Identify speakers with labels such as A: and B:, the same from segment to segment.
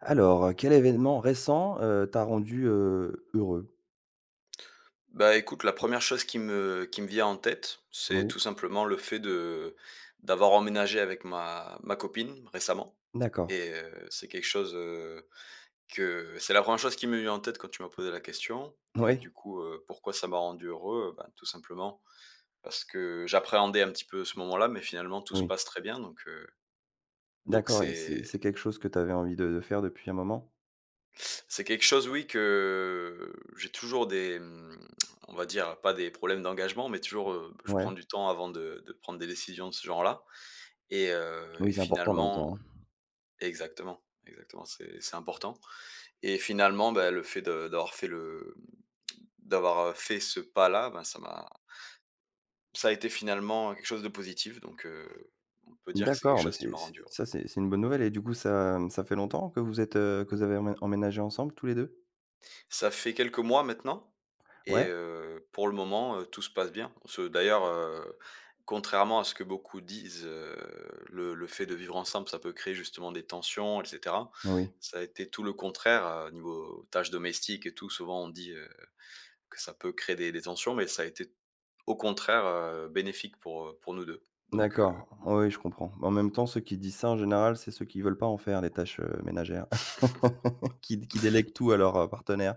A: Alors, quel événement récent, t'a rendu, heureux?
B: Bah, écoute, la première chose qui me vient en tête, c'est
A: Oui,
B: tout simplement le fait de d'avoir emménagé avec ma copine récemment
A: d'accord.
B: et c'est quelque chose, que c'est la première chose qui me vient en tête quand tu m'as posé la question. Et
A: Oui,
B: du coup, pourquoi ça m'a rendu heureux? Ben, tout simplement parce que j'appréhendais un petit peu ce moment-là, mais finalement tout se
A: oui,
B: passe très bien, donc
A: d'accord et c'est
B: c'est
A: c'est quelque chose que tu avais envie de faire depuis un moment?
B: C'est Quelque chose, oui, que j'ai toujours des, mmh, on va dire, pas des problèmes d'engagement, mais toujours, je prends
A: Ouais,
B: du temps avant de prendre des décisions de ce genre-là. Et
A: oui,
B: et
A: c'est important en même temps, hein.
B: finalement exactement, exactement, c'est important. Et finalement, ben le fait de d'avoir fait le d'avoir fait ce pas-là, ben, ça a été finalement quelque chose de positif, donc on peut dire que c'est quelque
A: D'accord, bah,
B: chose qui
A: c'est
B: m'a
A: c'est
B: rendu
A: ça, c'est une bonne nouvelle et du coup ça, ça fait longtemps que vous êtes, que vous avez emménagé ensemble tous les 2.
B: Ça fait quelques mois maintenant et
A: Ouais?
B: pour le moment, tout se passe bien. Ce d'ailleurs, contrairement à ce que beaucoup disent, le fait de vivre ensemble, ça peut créer justement des tensions et cetera.
A: Oui,
B: Ça a été tout le contraire, niveau tâches domestiques et tout. Souvent on dit, que ça peut créer des tensions, mais ça a été au contraire, bénéfique pour nous 2. Donc
A: d'accord, oui, je comprends. En même temps, ceux qui disent ça, en général, c'est ceux qui veulent pas en faire les tâches, ménagères, qui délèguent tout à leur, partenaire.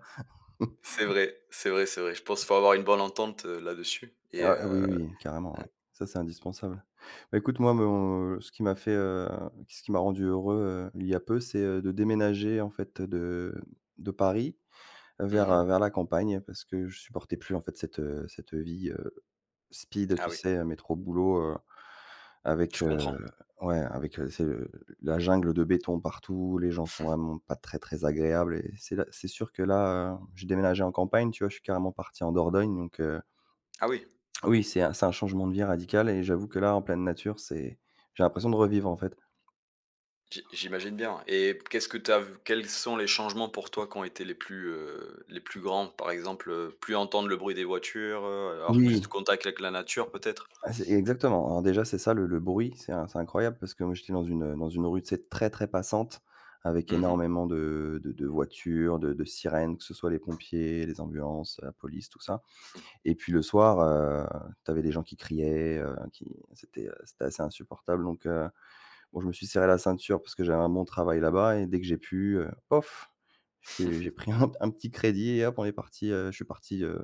B: c'est vrai, c'est vrai, c'est vrai. Je pense qu'il faut avoir une bonne entente, là-dessus et
A: Ah oui, oui, carrément, ouais. Ça, c'est indispensable. Bah, écoute, moi, mon ce qui m'a fait, ce qui m'a rendu heureux, il y a peu, c'est, de déménager, en fait, de Paris vers,
B: mmh.
A: vers la campagne parce que je supportais plus, en fait, cette, cette vie, speed, tu
B: Ah oui,
A: sais, métro-boulot, avec,
B: je comprends.
A: ouais, avec, c'est le la jungle de béton partout, les gens sont vraiment pas très, très agréables et c'est là c'est sûr que là, j'ai déménagé en campagne, tu vois? Je suis carrément parti en Dordogne donc
B: Ah oui.
A: oui, c'est un changement de vie radical et j'avoue que là, en pleine nature, c'est j'ai l'impression de revivre, en fait.
B: J'imagine bien. Et qu'est-ce que t'as vu, quels sont les changements pour toi qui ont été les plus grands? Par exemple, plus entendre le bruit des voitures, avoir plus de
A: Oui,
B: contact avec la nature peut-être?
A: ah, c'est exactement. Alors déjà, c'est ça le bruit, c'est incroyable parce que moi, j'étais dans une rue, tu sais, très, très passante avec
B: Mmh.
A: énormément de voitures, de sirènes, que ce soit les pompiers, les ambulances, la police, tout ça. Et puis le soir, tu avais des gens qui criaient, c'était assez insupportable donc Bon, je me suis serré la ceinture parce que j'avais un bon travail là-bas et dès que j'ai pu, pof, j'ai pris un petit crédit et hop, je suis parti,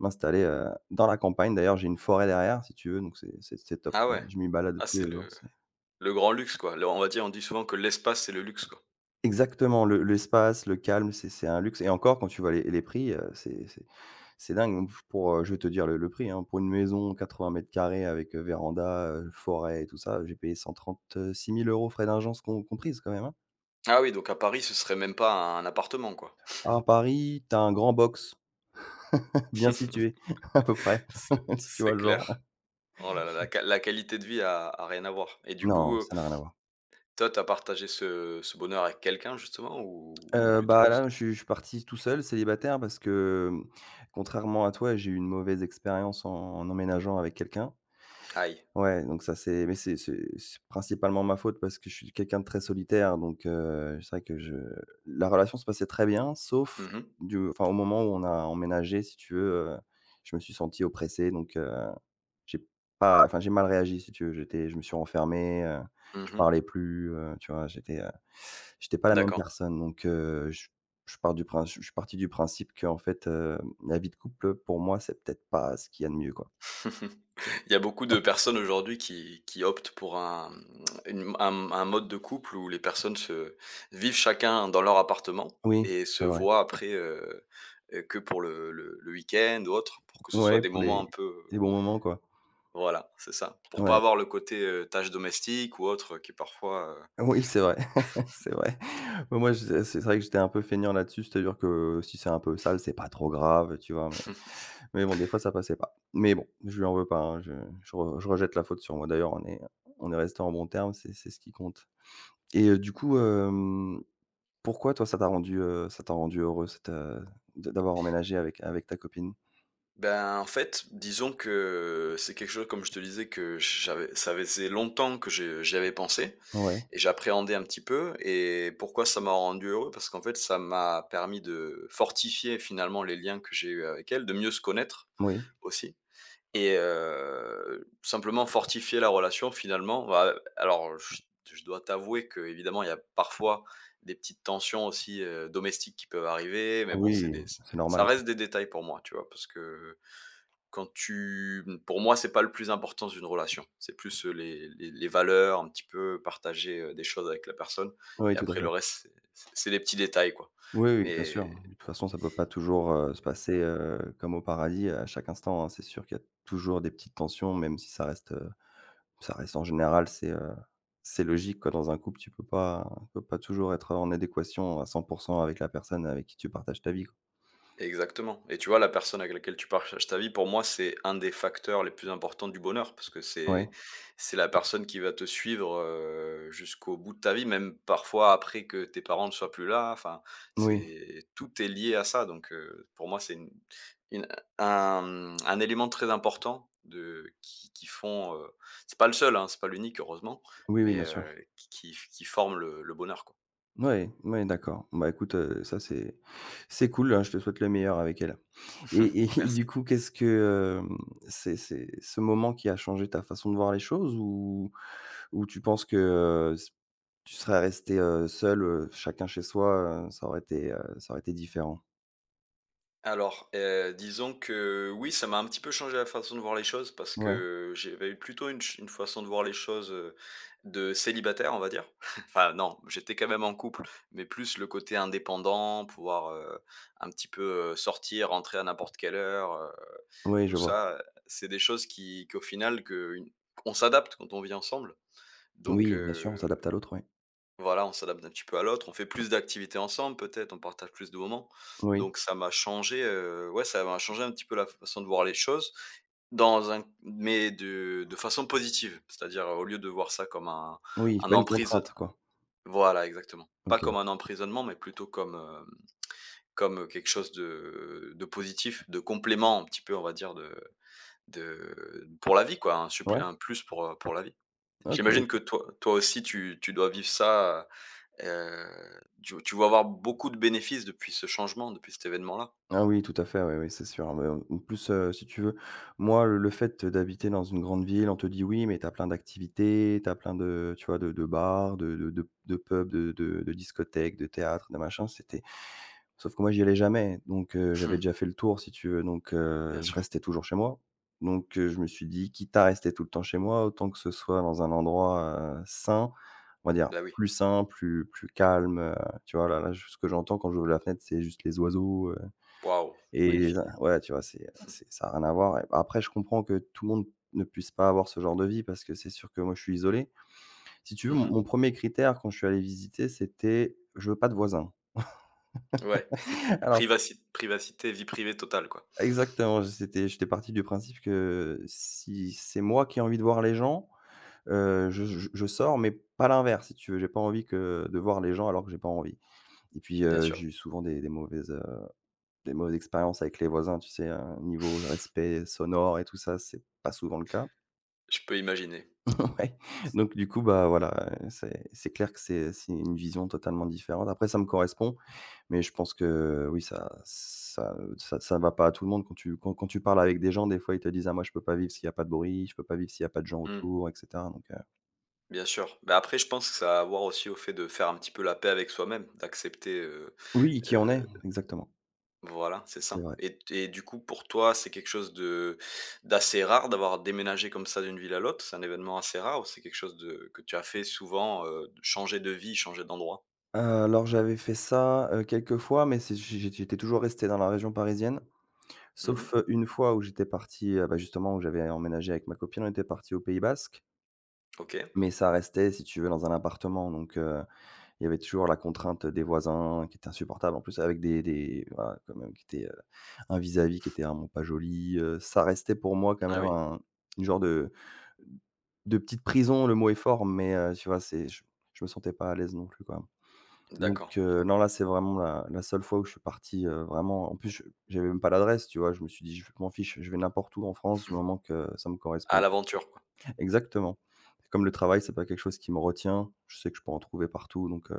A: m'installer, dans la campagne. D'ailleurs, j'ai une forêt derrière si tu veux, donc c'est top.
B: Ah ouais.
A: Je m'y balade
B: Ah
A: tous
B: c'est
A: les jours, c'est
B: le grand luxe quoi. Le on va dire, on dit souvent que l'espace c'est le luxe quoi.
A: exactement le l'espace, le calme, c'est un luxe et encore quand tu vois les prix, c'est dingue. Donc je vais te dire le prix, hein, pour une maison 80 carrés avec, véranda, forêt et tout ça, j'ai payé 136 000 euros frais d'agence comprises quand même, hein.
B: Ah oui, donc à Paris ce serait même pas un appartement quoi.
A: À Paris, tu as un grand box bien situé, à peu près, si tu vois
B: C'est
A: le
B: clair.
A: genre.
B: Oh là là, la qualité de vie a a rien à voir. Et du coup,
A: Non, ça n'a rien à voir.
B: toi t'as partagé ce ce bonheur avec quelqu'un justement, ou
A: Bah,
B: plutôt
A: là,
B: seul?
A: je suis parti tout seul, célibataire, parce que, contrairement à toi, j'ai eu une mauvaise expérience en emménageant avec quelqu'un.
B: Aïe.
A: Ouais, donc ça, c'est mais c'est principalement ma faute parce que je suis quelqu'un de très solitaire, donc c'est vrai que je la relation se passait très bien, sauf
B: Mmh mh.
A: du enfin, au moment où on a emménagé, si tu veux, heu, je me suis senti oppressé, donc J'ai pas enfin j'ai mal réagi si tu veux, j'étais je me suis renfermé, je
B: Mmh.
A: parlais plus, tu vois? J'étais pas la même
B: D'accord.
A: personne donc je suis parti du principe qu'en fait, la vie de couple pour moi, c'est peut-être pas ce qu'il y a de mieux, quoi.
B: Il y a beaucoup de personnes aujourd'hui qui optent pour un une un mode de couple où les personnes se vivent chacun dans leur appartement
A: Oui,
B: et se
A: c'est vrai.
B: voient après, que pour le week-end ou autre, pour que ce soit
A: Ouais,
B: des
A: pour
B: moments
A: les
B: un peu,
A: les
B: euh,
A: bons moments, quoi.
B: voilà, c'est ça. Pour pas
A: Ouais.
B: avoir le côté, tâche domestique ou autre qui est parfois,
A: Oui, c'est vrai, c'est vrai. Mais moi, je c'est vrai que j'étais un peu feignant là-dessus, c'est-à-dire que si c'est un peu sale, c'est pas trop grave, tu vois? Mais bon, des fois, ça passait pas. Mais bon, je lui en veux pas, hein, je rejette la faute sur moi. D'ailleurs, on est restés en bons termes, c'est ce qui compte. Et du coup, pourquoi toi ça t'a rendu heureux de d'avoir emménagé avec ta copine?
B: ben, en fait, disons que c'est quelque chose, comme je te disais, que j'avais, ça faisait longtemps que je j'y avais pensé.
A: Ouais,
B: Et j'appréhendais un petit peu. Et pourquoi ça m'a rendu heureux? Parce qu'en fait, ça m'a permis de fortifier finalement les liens que j'ai eus avec elle, de mieux se connaître
A: oui.
B: aussi, et simplement fortifier la relation finalement. Bah, alors je dois t'avouer que évidemment il y a parfois des petites tensions aussi, domestiques, qui peuvent arriver, mais bon, c'est
A: Oui,
B: des
A: c'est normal.
B: ça reste des détails pour moi, tu vois? Parce que quand tu pour moi, c'est pas le plus important d'une relation. C'est plus, les valeurs, un petit peu partager, des choses avec la personne.
A: Oui,
B: Et
A: tout à
B: après le
A: fait.
B: reste, c'est les petits détails, quoi.
A: Oui, oui, bien
B: Mais
A: sûr. De toute façon, ça peut pas toujours, se passer, comme au paradis à chaque instant, hein. C'est sûr qu'il y a toujours des petites tensions, même si ça reste en général, c'est logique quoi, dans un couple, tu peux pas toujours être en adéquation à 100% avec la personne avec qui tu partages ta vie, quoi.
B: exactement, et tu vois la personne avec laquelle tu partages ta vie, pour moi, c'est un des facteurs les plus importants du bonheur, parce que
A: Ouais.
B: c'est la personne qui va te suivre, jusqu'au bout de ta vie, même parfois après que tes parents ne soient plus là, enfin,
A: Oui.
B: c'est tout est lié à ça, donc pour moi, c'est une un, mmh, un élément très important de qui font, c'est pas le seul, hein, c'est pas l'unique heureusement,
A: Oui, oui,
B: mais
A: bien sûr.
B: qui forment le bonheur quoi.
A: Ouais, ouais, d'accord. Bah, écoute, ça c'est cool, hein, je te souhaite le meilleur avec elle. Et du
B: Merci.
A: coup, c'est ce moment qui a changé ta façon de voir les choses ou tu penses que, s tu serais resté seule, chacun chez soi, ça aurait été différent?
B: Alors, disons que oui, ça m'a un petit peu changé la façon de voir les choses, parce
A: Ouais.
B: que j'avais eu plutôt une façon de voir les choses, de célibataire, on va dire. Enfin non, j'étais quand même en couple, mais plus le côté indépendant, pouvoir, un petit peu, sortir, rentrer à n'importe quelle heure,
A: Oui,
B: tout
A: je vois.
B: ça, c'est des choses qui qu'au final que une on s'adapte quand on vit ensemble. Donc
A: Oui, bien sûr, on s'adapte à
B: euh,
A: l'autre, oui.
B: voilà, on s'adapte un petit peu à l'autre, on fait plus d'activités ensemble peut-être, on partage plus de moments.
A: Oui,
B: Donc ça m'a changé, ouais, ça m'a changé un petit peu la façon de voir les choses, dans un mais de façon positive. C'est-à-dire, au lieu de voir ça comme
A: oui, c'est
B: un
A: pas une
B: emprise
A: contrainte, quoi.
B: voilà, exactement. Pas
A: OK.
B: comme un emprisonnement, mais plutôt comme, comme, quelque chose de positif, de complément un petit peu, on va dire, de pour la vie quoi,
A: Ouais,
B: un plus pour la vie.
A: OK.
B: J'imagine que toi toi aussi tu tu dois vivre ça. Tu tu vas avoir beaucoup de bénéfices depuis ce changement, depuis cet événement-là.
A: Ah oui, tout à fait, oui, oui, c'est sûr, hein. Mais en plus, si tu veux, moi, le fait d'habiter dans une grande ville, on te dit: «Oui, mais tu as plein d'activités, tu as plein de» tu vois? «De bars, de pubs, de discothèques, de théâtres, de machin». C'était. Sauf que moi, j'y allais jamais, donc j'avais
B: Mmh,
A: déjà fait le tour si tu veux, donc
B: bien
A: je
B: sûr.
A: restais toujours chez moi. Donc je me suis dit: «Quitte à rester tout le temps chez moi, autant que ce soit dans un endroit, sain», on va dire
B: Bah, oui.
A: plus sain, plus calme, tu vois? Là, ce que j'entends quand j'ouvre la fenêtre, c'est juste les oiseaux,
B: Waouh,
A: et les
B: magnifique.
A: in ouais, tu vois? C'est ça a rien à voir et après je comprends que tout le monde ne puisse pas avoir ce genre de vie parce que c'est sûr que moi, je suis isolé. Si tu veux, mon
B: Mmh.
A: mon 1 critère quand je suis allé visiter, c'était: «Je veux pas de voisins».
B: Ouais,
A: Alors,
B: privacité, vie privée totale, quoi.
A: exactement, c'était j'étais parti du principe que si c'est moi qui ai envie de voir les gens, je sors, mais pas l'inverse, si tu veux. J'ai pas envie que de voir les gens alors que j'ai pas envie. Et puis,
B: Bien sûr.
A: j'ai eu souvent des mauvaises expériences avec les voisins, tu sais, niveau respect sonore et tout ça, c'est pas souvent le cas.
B: Je peux imaginer.
A: Ouais. Donc du coup, bah, voilà, c'est clair que c'est une vision totalement différente. Après ça me correspond, mais je pense que oui, ça va pas à tout le monde quand tu parles avec des gens, des fois, ils te disent: «Ah moi je peux pas vivre s'il y a pas de bruit, je peux pas vivre s'il y a pas de gens
B: Mmh,
A: autour» et cetera donc
B: bien sûr. Bah, après je pense que ça a à voir aussi au fait de faire un petit peu la paix avec soi-même, d'accepter,
A: oui, qui en est,
B: heu
A: exactement,
B: voilà, c'est
A: c'est
B: ça.
A: vrai.
B: Et du coup, pour toi, c'est quelque chose de d'assez rare d'avoir déménagé comme ça d'une ville à l'autre? C'est un événement assez rare ou c'est quelque chose de que tu as fait souvent, de changer de vie, changer d'endroit?
A: Alors, j'avais fait ça, quelques fois, mais c'est j'é j'étais toujours resté dans la région parisienne,
B: Mmh.
A: sauf, une fois où j'étais parti, bah, justement où j'avais emménagé avec ma copine, on était parti au Pays basque,
B: OK.
A: mais ça restait, si tu veux, dans un appartement donc Il y avait toujours la contrainte des voisins qui était insupportable. En plus avec des voilà, quand même qui était, un vis-à-vis qui était vraiment pas joli, ça restait pour moi quand
B: Ah
A: même
B: oui,
A: un une genre de petite prison, le mot est fort, mais, tu vois, c'est je me sentais pas à l'aise non plus, quoi. Donc,
B: d'accord.
A: non, là, c'est vraiment la seule fois où je suis parti, vraiment en plus, je j'avais même pas l'adresse, tu vois? Je me suis dit: «Je m'en fiche, je vais n'importe où en France du moment que ça me
B: À
A: correspond».
B: l'aventure, quoi.
A: Exactement. Comme le travail, c'est pas quelque chose qui me retient, je sais que je peux en trouver partout donc,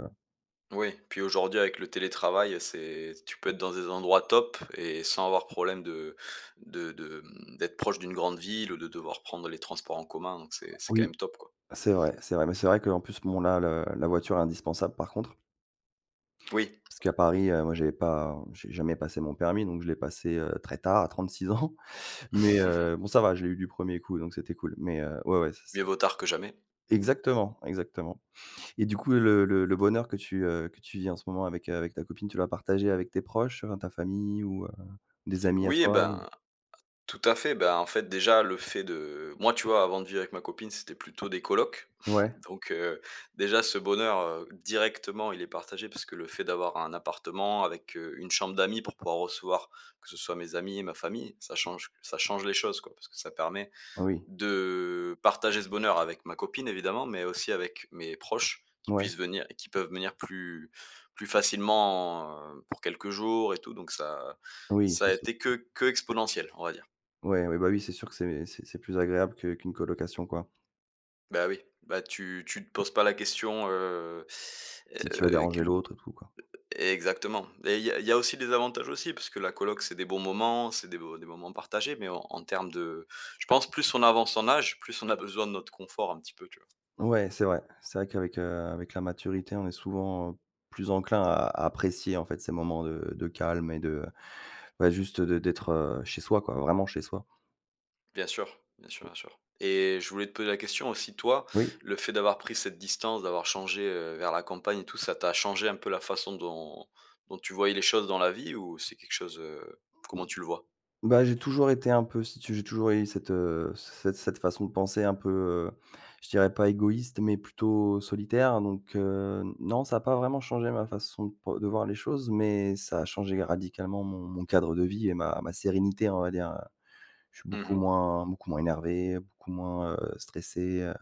B: Oui, puis aujourd'hui avec le télétravail, c'est tu peux être dans des endroits top et sans avoir problème de mmh, d'être proche d'une grande ville ou de devoir prendre les transports en commun, donc c'est quand
A: oui.
B: même top, quoi.
A: C'est vrai, mais c'est vrai qu'en plus, bon là, le la voiture est indispensable par contre,
B: Oui.
A: parce qu'à Paris, moi j'ai jamais passé mon permis, donc je l'ai passé, très tard, à 36 ans, mais bon ça va, je l'ai eu du premier coup, donc c'était cool, mais ouais, ouais, ça
B: Mieux
A: c'est
B: vaut tard que jamais.
A: exactement, exactement. Et du coup, le bonheur que tu vis en ce moment avec ta copine, tu l'as partagé avec tes proches, ta famille ou des amis à
B: Oui, eh
A: toi?
B: ben tout à fait. Ben en fait, déjà, le fait de moi, tu vois, avant de vivre avec ma copine, c'était plutôt des colocs.
A: Ouais,
B: Donc, déjà, ce bonheur, directement, il est partagé parce que le fait d'avoir un appartement avec, une chambre d'amis pour pouvoir recevoir, que ce soit mes amis et ma famille, ça change les choses, quoi. Parce que ça permet
A: oui,
B: de partager ce bonheur avec ma copine, évidemment, mais aussi avec mes proches qui
A: ouais,
B: puissent venir et qui peuvent venir plus plus facilement, pour quelques jours et tout. Donc ça
A: oui,
B: ça
A: c'est
B: a
A: sûr.
B: été que exponentiel, on va dire.
A: Ouais, oui, bah oui, c'est sûr que c'est plus agréable que qu'une colocation, quoi.
B: Bah oui, bah tu tu te poses pas la question,
A: Si tu vas déranger
B: cul
A: l'autre et tout, quoi.
B: exactement. Et il y a aussi des avantages aussi parce que la coloc, c'est des bons moments, c'est des beaux des moments partagés mais en en termes de je pense plus on avance en âge, plus on a besoin de notre confort un petit peu, tu vois?
A: Ouais, c'est vrai. C'est vrai qu'avec, avec la maturité, on est souvent, plus enclin à apprécier, en fait, ces moments de calme et de bah, juste de d'être, chez soi, quoi, vraiment chez soi.
B: Bien sûr, bien sûr, bien sûr. Et je voulais te poser la question aussi toi,
A: Oui,
B: le fait d'avoir pris cette distance, d'avoir changé, vers la campagne et tout, ça t'a changé un peu la façon dont dont tu voyais les choses dans la vie, ou c'est quelque chose, comment tu le vois?
A: bah, j'ai toujours été un peu si tu j'ai toujours eu cette, cette façon de penser un peu, je dirais pas égoïste, mais plutôt solitaire donc non, ça a pas vraiment changé ma façon de voir les choses, mais ça a changé radicalement mon cadre de vie et ma sérénité, on va dire. Je suis beaucoup
B: Mmh.
A: moins beaucoup moins énervé, beaucoup moins, stressé,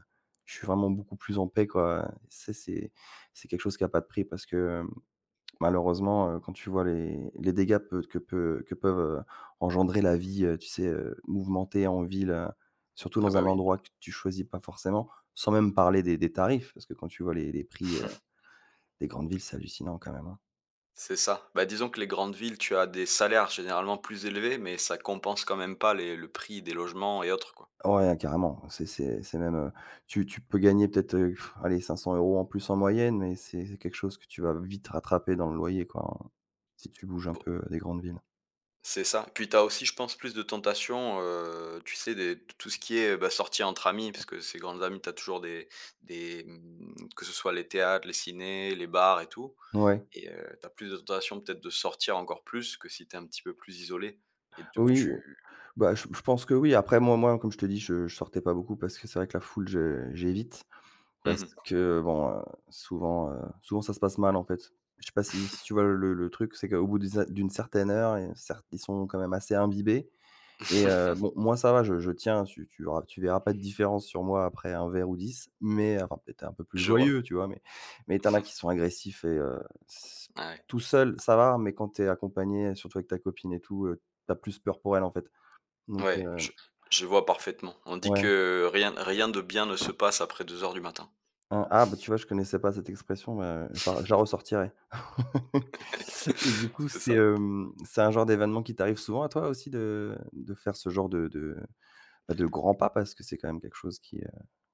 A: je suis vraiment beaucoup plus en paix, quoi, ça, c'est quelque chose qui a pas de prix parce que, malheureusement, quand tu vois les dégâts peu que peut que peuvent, engendrer la vie, tu sais, mouvementée en ville, surtout
B: Ah
A: dans
B: bah
A: un
B: oui.
A: endroit que tu choisis pas forcément, sans même parler des tarifs, parce que quand tu vois les prix, des grandes villes, c'est hallucinant quand même, hein.
B: C'est ça. Bah, disons que les grandes villes, tu as des salaires généralement plus élevés, mais ça compense quand même pas les le prix des logements et autres, quoi.
A: Ouais, hein, carrément. C'est même, tu peux gagner peut-être, allez 500 euros en plus en moyenne, mais c'est quelque chose que tu vas vite rattraper dans le loyer, quoi, hein, si tu bouges un
B: Bon,
A: peu, des grandes villes.
B: c'est ça. Puis tu as aussi, je pense, plus de tentations, tu sais, des tout ce qui est, bah, sorties entre amis, parce que ces grandes amies, tu as toujours des, mmh, que ce soit les théâtres, les cinés, les bars et tout.
A: Ouais.
B: Et tu as plus de tentations peut-être de sortir encore plus que si tu es un petit peu plus isolé et donc
A: Oui,
B: tu
A: bah, je pense que oui. Après moi, comme je te dis, je sortais pas beaucoup parce que c'est vrai que la foule, je j'évite parce
B: mmh.
A: que bon, souvent, souvent ça se passe mal, en fait. Je sais pas si tu vois le truc, c'est qu'au bout d'une certaine heure et certes, ils sont quand même assez imbibés. Et bon, moi ça va, je tiens, tu verras pas de différence sur moi après un verre ou 10 mais enfin, peut-être un peu plus
B: Je vois.
A: joyeux, tu vois? Mais tu en as qui sont agressifs et s
B: Ouais.
A: tout seul, ça va, mais quand t'es accompagné, surtout avec ta copine et tout, tu plus peur pour elle, en fait. Donc
B: Ouais, je vois parfaitement. On dit
A: ouais.
B: que rien rien de bien ne se passe après 2 heures du matin.
A: Hein, ah bah, tu vois, je connaissais pas cette expression, mais je la ressortirai. Et du coup,
B: C'est
A: c'est,
B: ça.
A: c'est un genre d'événement qui t'arrive souvent à toi aussi de faire ce genre de pas de grands pas parce que c'est quand même quelque chose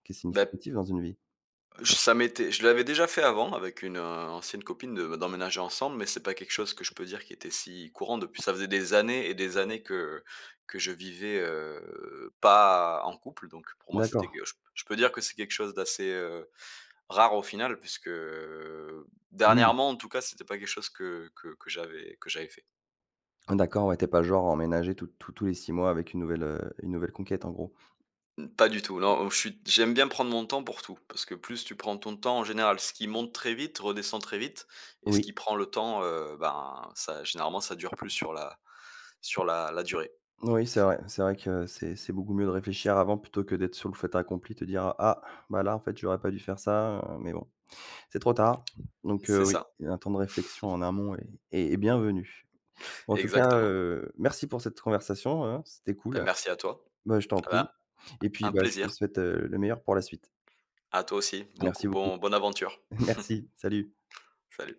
A: qui est
B: Bah,
A: significatif dans une vie.
B: je ça m'était je l'avais déjà fait avant avec une, ancienne copine, de d'emménager ensemble, mais c'est pas quelque chose que je peux dire qui était si courant, depuis ça faisait des années et des années que je vivais, pas en couple, donc pour moi,
A: D'accord,
B: c'était que je peux dire que c'est quelque chose d'assez, rare au final puisque,
A: oui.
B: dernièrement en tout cas, c'était pas quelque chose que que j'avais que j'avais fait.
A: D'accord, ouais, tu es pas genre à emménager tous les 6 mois avec une nouvelle conquête en gros.
B: Mmh, pas du tout, non, je suis j'aime bien prendre mon temps pour tout, parce que plus tu prends ton temps en général, ce qui monte très vite redescend très vite, et ce
A: Oui,
B: qui prend le temps, ben, ça généralement ça dure plus sur la la durée.
A: oui, c'est vrai. C'est vrai que c'est beaucoup mieux de réfléchir avant plutôt que d'être sur le fait accompli, te dire: «Ah, bah, là en fait j'aurais pas dû faire ça, mais bon, c'est trop tard». Donc
B: C'est
A: oui,
B: ça,
A: un temps de réflexion en amont est bienvenu. En tout cas,
B: exactement.
A: merci pour cette conversation, hein, c'était
B: Bah,
A: cool.
B: merci à toi.
A: Bah, je t'en
B: Ah
A: prie
B: bah,
A: et puis,
B: un
A: bah, je te
B: plaisir.
A: souhaite, le meilleur pour la suite.
B: À toi aussi.
A: Merci beaucoup.
B: Bon bonne aventure.
A: Merci, salut.
B: Salut.